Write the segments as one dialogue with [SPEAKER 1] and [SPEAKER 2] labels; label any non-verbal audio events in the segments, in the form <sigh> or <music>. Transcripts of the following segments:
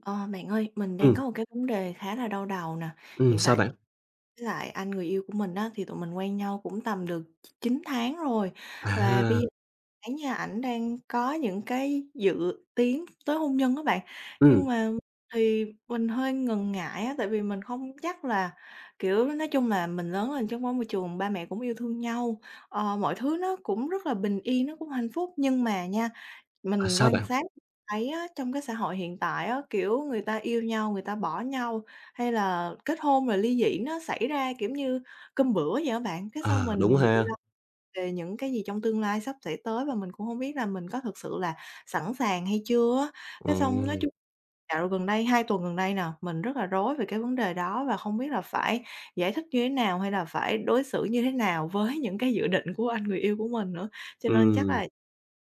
[SPEAKER 1] Ờ, Bạn ơi, mình đang
[SPEAKER 2] Ừm,
[SPEAKER 1] có một cái vấn đề khá là đau đầu nè.
[SPEAKER 2] ừm,
[SPEAKER 1] Hiện
[SPEAKER 2] sao
[SPEAKER 1] tại thì
[SPEAKER 2] bạn?
[SPEAKER 1] với lại anh người yêu của mình á, thì tụi mình quen nhau cũng tầm được 9 tháng rồi. Và bây
[SPEAKER 2] À,
[SPEAKER 1] giờ thấy nha, ảnh đang có những cái dự tiến tới hôn nhân các bạn. Nhưng
[SPEAKER 2] ừm,
[SPEAKER 1] mà thì mình hơi ngần ngại á, tại vì mình không chắc là kiểu nói chung là mình lớn lên trong một môi trường ba mẹ cũng yêu thương nhau. Mọi thứ nó cũng rất là bình yên, nó cũng hạnh phúc. Nhưng mà nha, mình
[SPEAKER 2] sao
[SPEAKER 1] quan
[SPEAKER 2] bạn?
[SPEAKER 1] sát thấy á, trong cái xã hội hiện tại á, kiểu, người ta yêu nhau, người ta bỏ nhau, hay là kết hôn rồi ly dị nó xảy ra, kiểu như, cơm bữa vậy á bạn. Cái xong
[SPEAKER 2] À, đúng
[SPEAKER 1] mình bị
[SPEAKER 2] ha.
[SPEAKER 1] lo về những cái gì trong tương lai sắp sẽ tới và mình cũng không biết là mình có thực sự là sẵn sàng hay chưa á. Cái xong nói
[SPEAKER 2] Ừm,
[SPEAKER 1] chung dạo gần đây, 2 tuần gần đây nè, mình rất là rối về cái vấn đề đó và không biết là phải giải thích như thế nào hay là phải đối xử như thế nào với những cái dự định của anh người yêu của mình nữa. Cho nên chắc
[SPEAKER 2] ừm,
[SPEAKER 1] là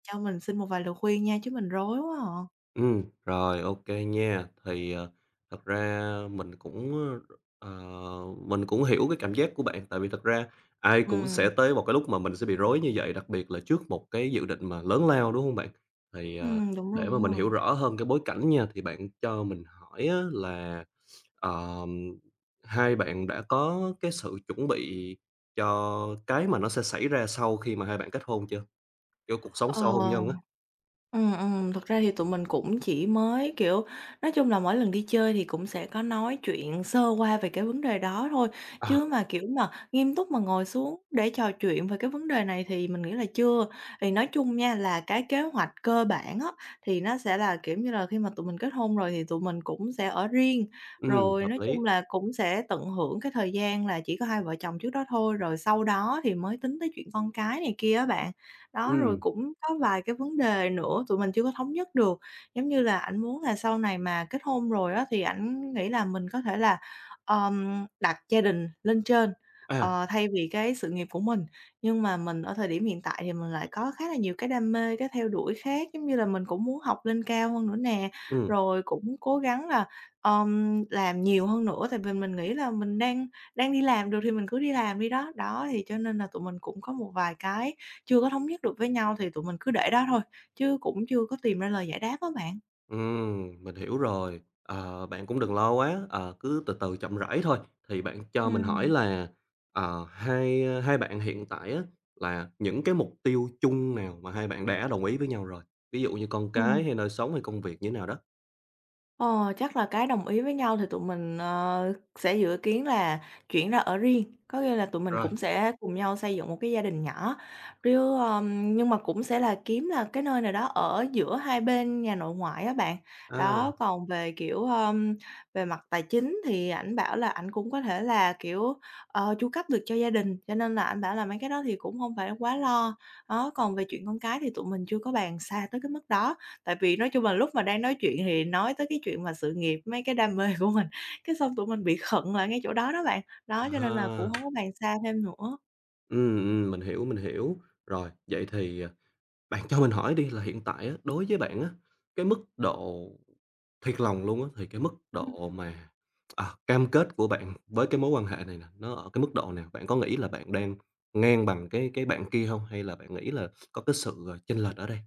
[SPEAKER 1] cho mình xin một vài lời khuyên nha, chứ mình rối quá à.
[SPEAKER 2] Rồi, ô kê nha. Thì, thật ra mình cũng hiểu cái cảm giác của bạn, tại vì thật ra ai cũng
[SPEAKER 1] Ừm,
[SPEAKER 2] sẽ tới một cái lúc mà mình sẽ bị rối như vậy, đặc biệt là trước một cái dự định mà lớn lao, đúng hông bạn? Thì,
[SPEAKER 1] đúng rồi,
[SPEAKER 2] để mà
[SPEAKER 1] đúng
[SPEAKER 2] mình
[SPEAKER 1] rồi.
[SPEAKER 2] hiểu rõ hơn cái bối cảnh nha, thì bạn cho mình hỏi á là Ờm, hai bạn đã có cái sự chuẩn bị cho cái mà nó sẽ xảy ra sau khi mà hai bạn kết hôn chưa? Kiểu, cuộc sống sau hôn
[SPEAKER 1] Ờ.
[SPEAKER 2] nhân á.
[SPEAKER 1] Thực ra thì tụi mình cũng chỉ mới, kiểu, nói chung là mỗi lần đi chơi thì cũng sẽ có nói chuyện sơ qua về cái vấn đề đó thôi,
[SPEAKER 2] À,
[SPEAKER 1] chứ mà, kiểu, mà nghiêm túc mà ngồi xuống để trò chuyện về cái vấn đề này thì mình nghĩ là chưa. Thì nói chung nha là cái kế hoạch cơ bản á, thì nó sẽ là, kiểu như là, khi mà tụi mình kết hôn rồi thì tụi mình cũng sẽ ở riêng, rồi
[SPEAKER 2] hợp
[SPEAKER 1] nói
[SPEAKER 2] lý.
[SPEAKER 1] chung là cũng sẽ tận hưởng cái thời gian là chỉ có hai vợ chồng trước đó thôi, rồi sau đó thì mới tính tới chuyện con cái này kia á bạn. Đó, rồi
[SPEAKER 2] Ừ.
[SPEAKER 1] cũng có vài cái vấn đề nữa tụi mình chưa có thống nhất được, giống như là ảnh muốn là sau này mà kết hôn rồi á, thì ảnh nghĩ là mình có thể là, đặt gia đình lên trên,
[SPEAKER 2] À,
[SPEAKER 1] thay vì cái sự nghiệp của mình. Nhưng mà mình ở thời điểm hiện tại thì mình lại có khá là nhiều cái đam mê, cái theo đuổi khác, giống như là mình cũng muốn học lên cao hơn nữa nè,
[SPEAKER 2] ừm,
[SPEAKER 1] rồi cũng cố gắng là, làm nhiều hơn nữa, tại vì mình nghĩ là mình đang đang đi làm được thì mình cứ đi làm đi đó. Đó, thì cho nên là tụi mình cũng có một vài cái chưa có thống nhất được với nhau thì tụi mình cứ để đó thôi, chứ cũng chưa có tìm ra lời giải đáp á bạn.
[SPEAKER 2] mình hiểu rồi. Ờ, Bạn cũng đừng lo quá, cứ từ từ chậm rãi thôi. Thì bạn cho mình hỏi
[SPEAKER 1] Ừm,
[SPEAKER 2] là, hai bạn hiện tại á, là những cái mục tiêu chung nào mà hai bạn đã đồng ý với nhau rồi? Ví dụ như con
[SPEAKER 1] ừm.
[SPEAKER 2] cái hay nơi sống hay công việc như thế nào đó?
[SPEAKER 1] Ờ, Chắc là cái đồng ý với nhau thì tụi mình, sẽ dự kiến là chuyển ra ở riêng, có nghĩa là tụi mình
[SPEAKER 2] Rồi,
[SPEAKER 1] cũng sẽ cùng nhau xây dựng một cái gia đình nhỏ, riu nhưng mà cũng sẽ là kiếm là cái nơi nào đó ở giữa hai bên nhà nội ngoại á bạn.
[SPEAKER 2] à,
[SPEAKER 1] Đó, còn về, kiểu, về mặt tài chính thì ảnh bảo là ảnh cũng có thể là, kiểu, chu cấp được cho gia đình, cho nên là ảnh bảo là mấy cái đó thì cũng không phải quá lo. Đó, còn về chuyện con cái thì tụi mình chưa có bàn xa tới cái mức đó. Tại vì nói chung là lúc mà đang nói chuyện thì nói tới cái chuyện mà sự nghiệp, mấy cái đam mê của mình, cái xong tụi mình bị khựng lại ngay chỗ đó đó bạn. Đó, cho nên là cũng
[SPEAKER 2] à.
[SPEAKER 1] hông có bàn xa thêm nữa.
[SPEAKER 2] Mình hiểu, mình hiểu. Rồi, vậy thì, bạn cho mình hỏi đi là hiện tại á, đối với bạn á, cái mức độ thiệt lòng luôn á, thì cái mức độ mà, cam kết của bạn với cái mối quan hệ này nè, nó ở cái mức độ nào? Bạn có nghĩ là bạn đang ngang bằng cái bạn kia không? Hay là bạn nghĩ là có cái sự, chênh lệch ở đây?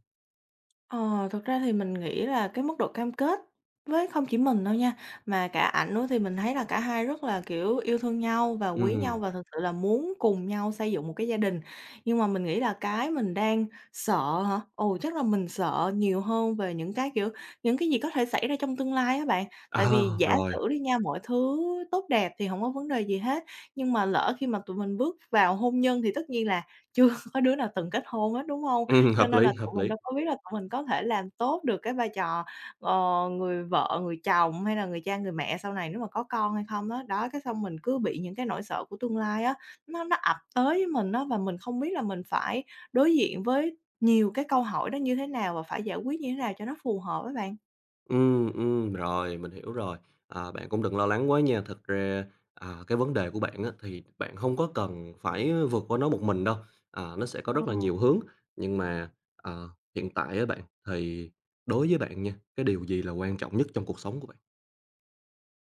[SPEAKER 1] Ờ, Thực ra thì mình nghĩ là cái mức độ cam kết với không chỉ mình đâu nha, mà cả ảnh nữa thì mình thấy là cả hai rất là, kiểu, yêu thương nhau và quý nhau
[SPEAKER 2] Ừm,
[SPEAKER 1] và thực sự là muốn cùng nhau xây dựng một cái gia đình. Nhưng mà mình nghĩ là cái mình đang sợ hả? Ồ, chắc là mình sợ nhiều hơn về những cái, kiểu, những cái gì có thể xảy ra trong tương lai á bạn. Tại
[SPEAKER 2] à,
[SPEAKER 1] vì giả
[SPEAKER 2] Rồi,
[SPEAKER 1] sử đi nha, mọi thứ tốt đẹp thì không có vấn đề gì hết, nhưng mà lỡ khi mà tụi mình bước vào hôn nhân thì tất nhiên là chưa <laughs> có đứa nào từng kết hôn hết, đúng không? Cho
[SPEAKER 2] hợp
[SPEAKER 1] nên là
[SPEAKER 2] lý,
[SPEAKER 1] tụi
[SPEAKER 2] hợp
[SPEAKER 1] mình
[SPEAKER 2] lý.
[SPEAKER 1] đâu có biết là tụi mình có thể làm tốt được cái vai trò, người vợ, người chồng hay là người cha, người mẹ sau này nếu mà có con hay không á. Đó, cái xong mình cứ bị những cái nỗi sợ của tương lai á, nó ập tới với mình á, và mình không biết là mình phải đối diện với nhiều cái câu hỏi đó như thế nào và phải giải quyết như thế nào cho nó phù hợp á bạn.
[SPEAKER 2] Rồi, mình hiểu rồi. À, bạn cũng đừng lo lắng quá nha. Thật ra, cái vấn đề của bạn á, thì bạn không có cần phải vượt qua nó một mình đâu, nó sẽ có
[SPEAKER 1] Ờ.
[SPEAKER 2] rất là nhiều hướng. Nhưng mà, hiện tại á bạn, thì đối với bạn nha, cái điều gì là quan trọng nhất trong cuộc sống của bạn?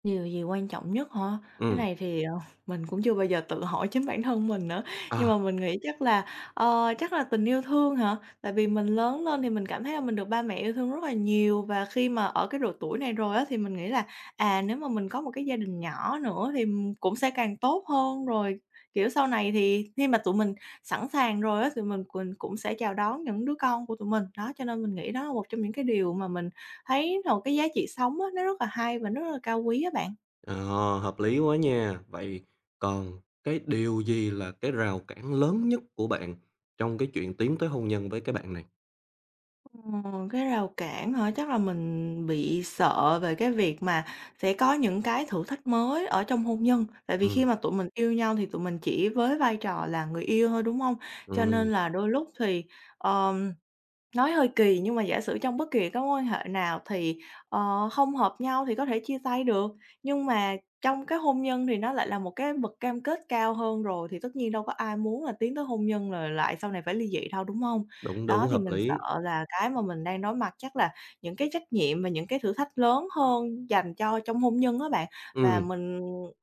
[SPEAKER 1] Điều gì quan trọng nhất hả? Cái
[SPEAKER 2] Ừm,
[SPEAKER 1] này thì, mình cũng chưa bao giờ tự hỏi chính bản thân mình nữa, nhưng
[SPEAKER 2] à,
[SPEAKER 1] mà mình nghĩ chắc là, chắc là tình yêu thương hả? Tại vì mình lớn lên thì mình cảm thấy là mình được ba mẹ yêu thương rất là nhiều và khi mà ở cái độ tuổi này rồi á, thì mình nghĩ là, à, nếu mà mình có một cái gia đình nhỏ nữa thì cũng sẽ càng tốt hơn. Rồi, kiểu, sau này thì khi mà tụi mình sẵn sàng rồi á, thì mình quỳnh cũng sẽ chào đón những đứa con của tụi mình. Đó, cho nên mình nghĩ đó là một trong những cái điều mà mình thấy được cái giá trị sống á, nó rất là hay và nó rất là cao quý á bạn.
[SPEAKER 2] ờ, Hợp lý quá nha. Vậy còn cái điều gì là cái rào cản lớn nhất của bạn trong cái chuyện tiến tới hôn nhân với cái bạn này?
[SPEAKER 1] Ờ, cái rào cản hả? Chắc là mình bị sợ về cái việc mà sẽ có những cái thử thách mới ở trong hôn nhân. Tại vì khi
[SPEAKER 2] Ừm,
[SPEAKER 1] mà tụi mình yêu nhau thì tụi mình chỉ với vai trò là người yêu thôi, đúng không? Cho
[SPEAKER 2] ừm,
[SPEAKER 1] nên là đôi lúc thì, ờ nói hơi kỳ nhưng mà giả sử trong bất kỳ cái mối quan hệ nào thì, không hợp nhau thì có thể chia tay được, nhưng mà trong cái hôn nhân thì nó lại là một cái bậc cam kết cao hơn rồi, thì tất nhiên đâu có ai muốn là tiến tới hôn nhân rồi lại sau này phải ly dị đâu, đúng không?
[SPEAKER 2] Đúng,
[SPEAKER 1] Đó,
[SPEAKER 2] đúng,
[SPEAKER 1] thì
[SPEAKER 2] hợp
[SPEAKER 1] mình
[SPEAKER 2] lý.
[SPEAKER 1] sợ là cái mà mình đang đối mặt chắc là những cái trách nhiệm và những cái thử thách lớn hơn dành cho trong hôn nhân đó bạn, và
[SPEAKER 2] Ừm,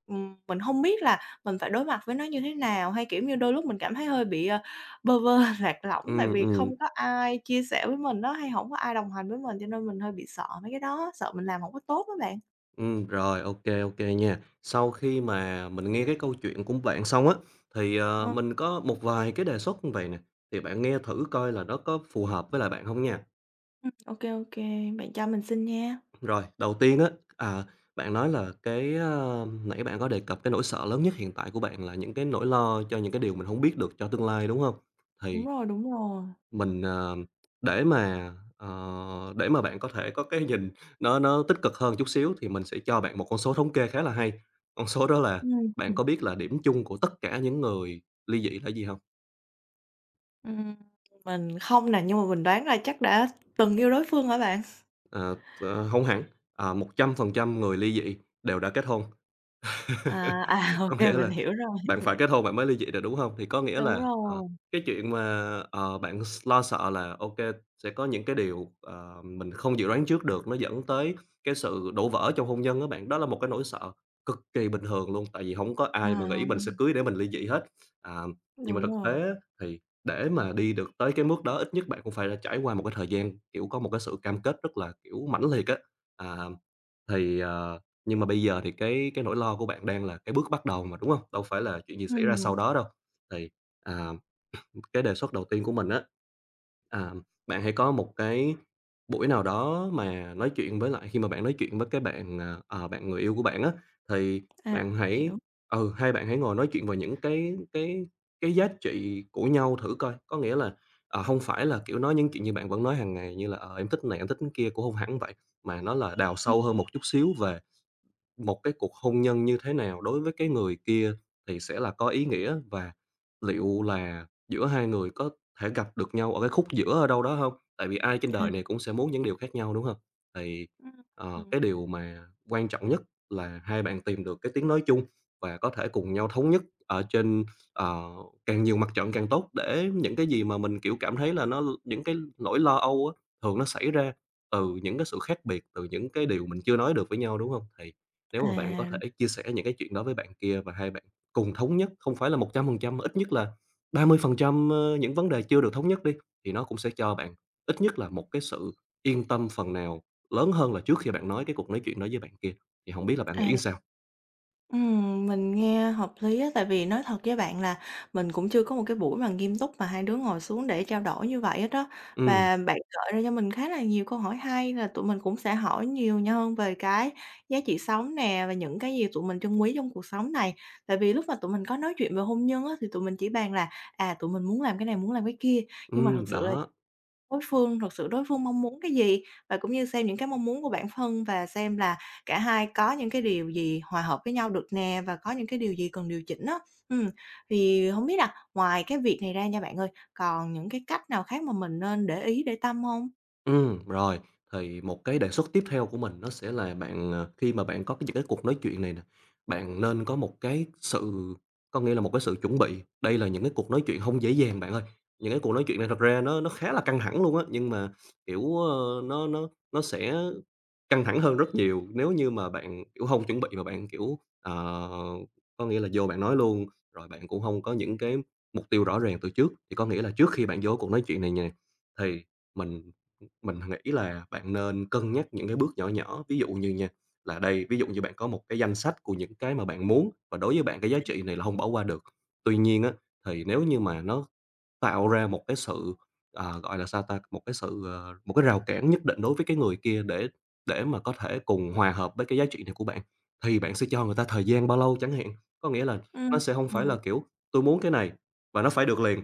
[SPEAKER 1] mình không biết là mình phải đối mặt với nó như thế nào, hay, kiểu như, đôi lúc mình cảm thấy hơi bị, bơ vơ, <laughs> lạc lõng, tại
[SPEAKER 2] ừm,
[SPEAKER 1] vì
[SPEAKER 2] ừm.
[SPEAKER 1] không có ai chia sẻ với mình á, hay không có ai đồng hành với mình, cho nên mình hơi bị sợ mấy cái đó, sợ mình làm không có tốt á bạn.
[SPEAKER 2] Rồi, ok, ok nha. Sau khi mà mình nghe cái câu chuyện của bạn xong á, thì,
[SPEAKER 1] Ờ,
[SPEAKER 2] mình có một vài cái đề xuất như vầy nè, thì bạn nghe thử coi là nó có phù hợp với lại bạn không nha.
[SPEAKER 1] ô kê, bạn cho mình xin nha.
[SPEAKER 2] Rồi, đầu tiên á, à, bạn nói là cái, ơ nãy bạn có đề cập cái nỗi sợ lớn nhất hiện tại của bạn là những cái nỗi lo cho những cái điều mình không biết được cho tương lai, đúng không?
[SPEAKER 1] Đúng
[SPEAKER 2] Thì
[SPEAKER 1] rồi, đúng rồi.
[SPEAKER 2] mình, để mà, ờ, để mà bạn có thể có cái nhìn nó tích cực hơn chút xíu thì mình sẽ cho bạn một con số thống kê khá là hay. Con số đó là
[SPEAKER 1] Ừm,
[SPEAKER 2] bạn
[SPEAKER 1] ừm.
[SPEAKER 2] có biết là điểm chung của tất cả những người ly dị là gì không?
[SPEAKER 1] Ừm. Mình không nè, nhưng mà mình đoán là chắc đã từng yêu đối phương hả bạn?
[SPEAKER 2] Ờ, Hông hẳn, 100% người ly dị đều đã kết hôn.
[SPEAKER 1] À,
[SPEAKER 2] <laughs>
[SPEAKER 1] à,
[SPEAKER 2] Có
[SPEAKER 1] <laughs> ô
[SPEAKER 2] nghĩa
[SPEAKER 1] mình
[SPEAKER 2] là
[SPEAKER 1] hiểu rồi.
[SPEAKER 2] bạn phải kết hôn bạn mới ly dị được, đúng hông? Thì có nghĩa
[SPEAKER 1] Đúng
[SPEAKER 2] là,
[SPEAKER 1] rồi,
[SPEAKER 2] cái chuyện mà, bạn lo sợ là, ô kê, sẽ có những cái điều, mình không dự đoán trước được, nó dẫn tới cái sự đổ vỡ trong hôn nhân á bạn. Đó là một cái nỗi sợ cực kỳ bình thường luôn, tại vì hổng có ai mà
[SPEAKER 1] à,
[SPEAKER 2] nghĩ mình sẽ cưới để mình ly dị hết. À, nhưng mà
[SPEAKER 1] đúng
[SPEAKER 2] thực
[SPEAKER 1] rồi.
[SPEAKER 2] tế á, thì để mà đi được tới cái mức đó, ít nhất bạn cũng phải đã trải qua một cái thời gian, kiểu, có một cái sự cam kết rất là, kiểu, mãnh liệt á. À, thì, nhưng mà bây giờ thì cái nỗi lo của bạn đang là cái bước bắt đầu mà, đúng không? Đâu phải là chuyện gì xảy ra
[SPEAKER 1] Ừm,
[SPEAKER 2] sau đó đâu. Thì, à, cái đề xuất đầu tiên của mình á, à, bạn hãy có một cái buổi nào đó mà nói chuyện với lại khi mà bạn nói chuyện với cái bạn, à, ờ, bạn người yêu của bạn á, thì
[SPEAKER 1] à,
[SPEAKER 2] bạn hãy
[SPEAKER 1] hiểu.
[SPEAKER 2] hai bạn hãy ngồi nói chuyện về những cái giá trị của nhau thử coi. Có nghĩa là, hông phải là, kiểu, nói những chuyện như bạn vẫn nói hàng ngày như là "Ờ, em thích này, em thích cái kia" cũng không hẳn vậy, mà nó là đào sâu
[SPEAKER 1] Ừm,
[SPEAKER 2] hơn một chút xíu về một cái cuộc hôn nhân như thế nào đối với cái người kia thì sẽ là có ý nghĩa và liệu là giữa hai người có thể gặp được nhau ở cái khúc giữa ở đâu đó không? Tại vì ai trên
[SPEAKER 1] à.
[SPEAKER 2] đời này cũng sẽ muốn những điều khác nhau, đúng không? Thì,
[SPEAKER 1] Ừm, ừm.
[SPEAKER 2] cái điều mà quan trọng nhất là hai bạn tìm được cái tiếng nói chung và có thể cùng nhau thống nhất ở trên, ờ, càng nhiều mặt trận càng tốt để những cái gì mà mình, kiểu, cảm thấy là nó những cái nỗi lo âu á, thường nó xảy ra từ những cái sự khác biệt, từ những cái điều mình chưa nói được với nhau, đúng không? Thì nếu mà bạn có
[SPEAKER 1] À,
[SPEAKER 2] thể chia sẻ những cái chuyện đó với bạn kia và hai bạn cùng thống nhất, không phải là 100%, mà ít nhất là 30%, những vấn đề chưa được thống nhất đi, thì nó cũng sẽ cho bạn ít nhất là một cái sự yên tâm phần nào lớn hơn là trước khi bạn nói cái cuộc nói chuyện đó với bạn kia. Thì không biết là bạn
[SPEAKER 1] à.
[SPEAKER 2] nghĩ sao?
[SPEAKER 1] Mình nghe hợp lý á, tại vì nói thật với bạn là mình cũng chưa có một cái buổi mà nghiêm túc mà hai đứa ngồi xuống để trao đổi như vậy hết đó.
[SPEAKER 2] Ừm,
[SPEAKER 1] Và bạn gợi ra cho mình khá là nhiều câu hỏi hay là tụi mình cũng sẽ hỏi nhiều nhau hơn về cái giá trị sống nè và những cái gì tụi mình trân quý trong cuộc sống này. Tại vì lúc mà tụi mình có nói chuyện về hôn nhân á, thì tụi mình chỉ bàn là à tụi mình muốn làm cái này muốn làm cái kia nhưng mà thật sự là
[SPEAKER 2] Đó.
[SPEAKER 1] đối phương thực sự đối phương mong muốn cái gì, và cũng như xem những cái mong muốn của bản thân và xem là cả hai có những cái điều gì hòa hợp với nhau được nè, và có những cái điều gì cần điều chỉnh á. Ừm, thì không biết là ngoài cái việc này ra nha bạn ơi, còn những cái cách nào khác mà mình nên để ý để tâm không?
[SPEAKER 2] Ừ rồi, thì một cái đề xuất tiếp theo của mình nó sẽ là bạn, khi mà bạn có cái những cái cuộc nói chuyện này nè, bạn nên có một cái sự có nghĩa là một cái sự chuẩn bị. Đây là những cái cuộc nói chuyện không dễ dàng bạn ơi. Những cái cuộc nói chuyện này thật ra nó khá là căng thẳng luôn á, nhưng mà, kiểu, ơ, nó sẽ căng thẳng hơn rất nhiều nếu như mà bạn, kiểu, hông chuẩn bị mà bạn, kiểu, có nghĩa là vô bạn nói luôn, rồi bạn cũng hông có những cái mục tiêu rõ ràng từ trước. Thì có nghĩa là trước khi bạn vô cuộc nói chuyện này nè, thì mình mình nghĩ là bạn nên cân nhắc những cái bước nhỏ nhỏ. Ví dụ như nha, là đây, ví dụ như bạn có một cái danh sách của những cái mà bạn muốn và đối với bạn cái giá trị này là hông bỏ qua được. Tuy nhiên á, thì nếu như mà nó tạo ra một cái rào cản nhất định đối với cái người kia để mà có thể cùng hòa hợp với cái giá trị này của bạn, thì bạn sẽ cho người ta thời gian bao lâu chẳng hạn. Có nghĩa là
[SPEAKER 1] Ừ.
[SPEAKER 2] nó sẽ không
[SPEAKER 1] Ừm,
[SPEAKER 2] phải
[SPEAKER 1] đúng,
[SPEAKER 2] là, kiểu, "Tôi muốn cái này và nó phải được liền"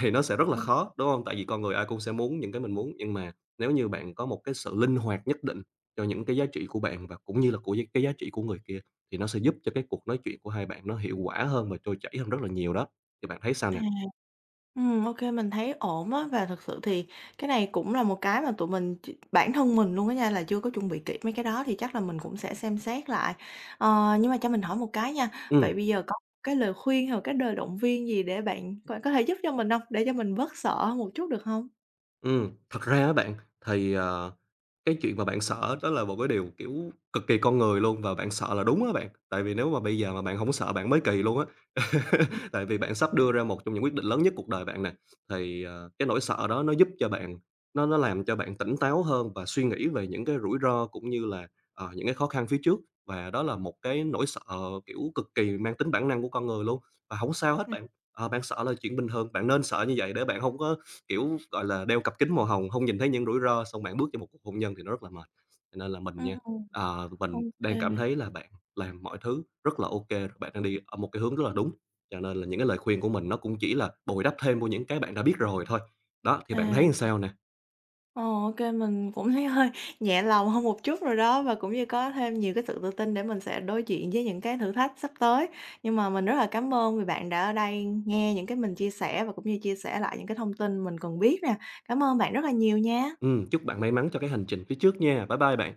[SPEAKER 2] thì nó sẽ rất là
[SPEAKER 1] ừm,
[SPEAKER 2] khó, đúng không? Tại vì con người ai cũng sẽ muốn những cái mình muốn, nhưng mà nếu như bạn có một cái sự linh hoạt nhất định cho những cái giá trị của bạn và cũng như là của cái giá trị của người kia, thì nó sẽ giúp cho cái cuộc nói chuyện của hai bạn nó hiệu quả hơn và trôi chảy hơn rất là nhiều đó. Thì bạn thấy sao
[SPEAKER 1] à.
[SPEAKER 2] nè?
[SPEAKER 1] Ô mình thấy ổn á, và thực sự thì cái này cũng là một cái mà tụi mình bản thân mình luôn á nha, là chưa có chuẩn bị kỹ mấy cái đó thì chắc là mình cũng sẽ xem xét lại. Ờ, nhưng mà cho mình hỏi một cái nha, vậy
[SPEAKER 2] ừ
[SPEAKER 1] bây giờ có cái lời khuyên hay là cái lời động viên gì để bạn bạn có thể giúp cho mình không? Để cho mình bớt sợ hơn một chút được không?
[SPEAKER 2] Ừm, Thật ra á bạn, thì, cái chuyện mà bạn sợ đó là một cái điều, kiểu, cực kỳ con người luôn và bạn sợ là đúng á bạn. Tại vì nếu mà bây giờ mà bạn không sợ bạn mới kỳ luôn á. <laughs> Tại vì bạn sắp đưa ra một trong những quyết định lớn nhất cuộc đời bạn nè, thì, cái nỗi sợ đó nó giúp cho bạn nó làm cho bạn tỉnh táo hơn và suy nghĩ về những cái rủi ro cũng như là, những cái khó khăn phía trước. Và đó là một cái nỗi sợ, kiểu, cực kỳ mang tính bản năng của con người luôn, và không sao hết
[SPEAKER 1] Ừm.
[SPEAKER 2] bạn. Bạn sợ là chuyện bình thường, bạn nên sợ như vậy để bạn không có, kiểu, gọi là, đeo cặp kính màu hồng, không nhìn thấy những rủi ro, xong bạn bước vô một cuộc hôn nhân thì nó rất là mệt. Cho nên là mình nha,
[SPEAKER 1] Ừm, ô
[SPEAKER 2] mình đang cảm thấy là bạn làm mọi thứ rất là ok kê, bạn đang đi ở một cái hướng rất là đúng. Cho nên là những cái lời khuyên của mình nó cũng chỉ là bồi đắp thêm vô những cái bạn đã biết rồi thôi. Đó, thì bạn thấy
[SPEAKER 1] à.
[SPEAKER 2] làm sao nè?
[SPEAKER 1] Ờ, ô mình cũng thấy hơi nhẹ lòng hơn một chút rồi đó, và cũng như có thêm nhiều cái sự tự tin để mình sẽ đối diện với những cái thử thách sắp tới. Nhưng mà mình rất là cảm ơn vì bạn đã ở đây nghe những cái mình chia sẻ và cũng như chia sẻ lại những cái thông tin mình cần biết nè. Cảm ơn bạn rất là nhiều nha.
[SPEAKER 2] Chúc bạn may mắn cho cái hành trình phía trước nha. Bye bye bạn.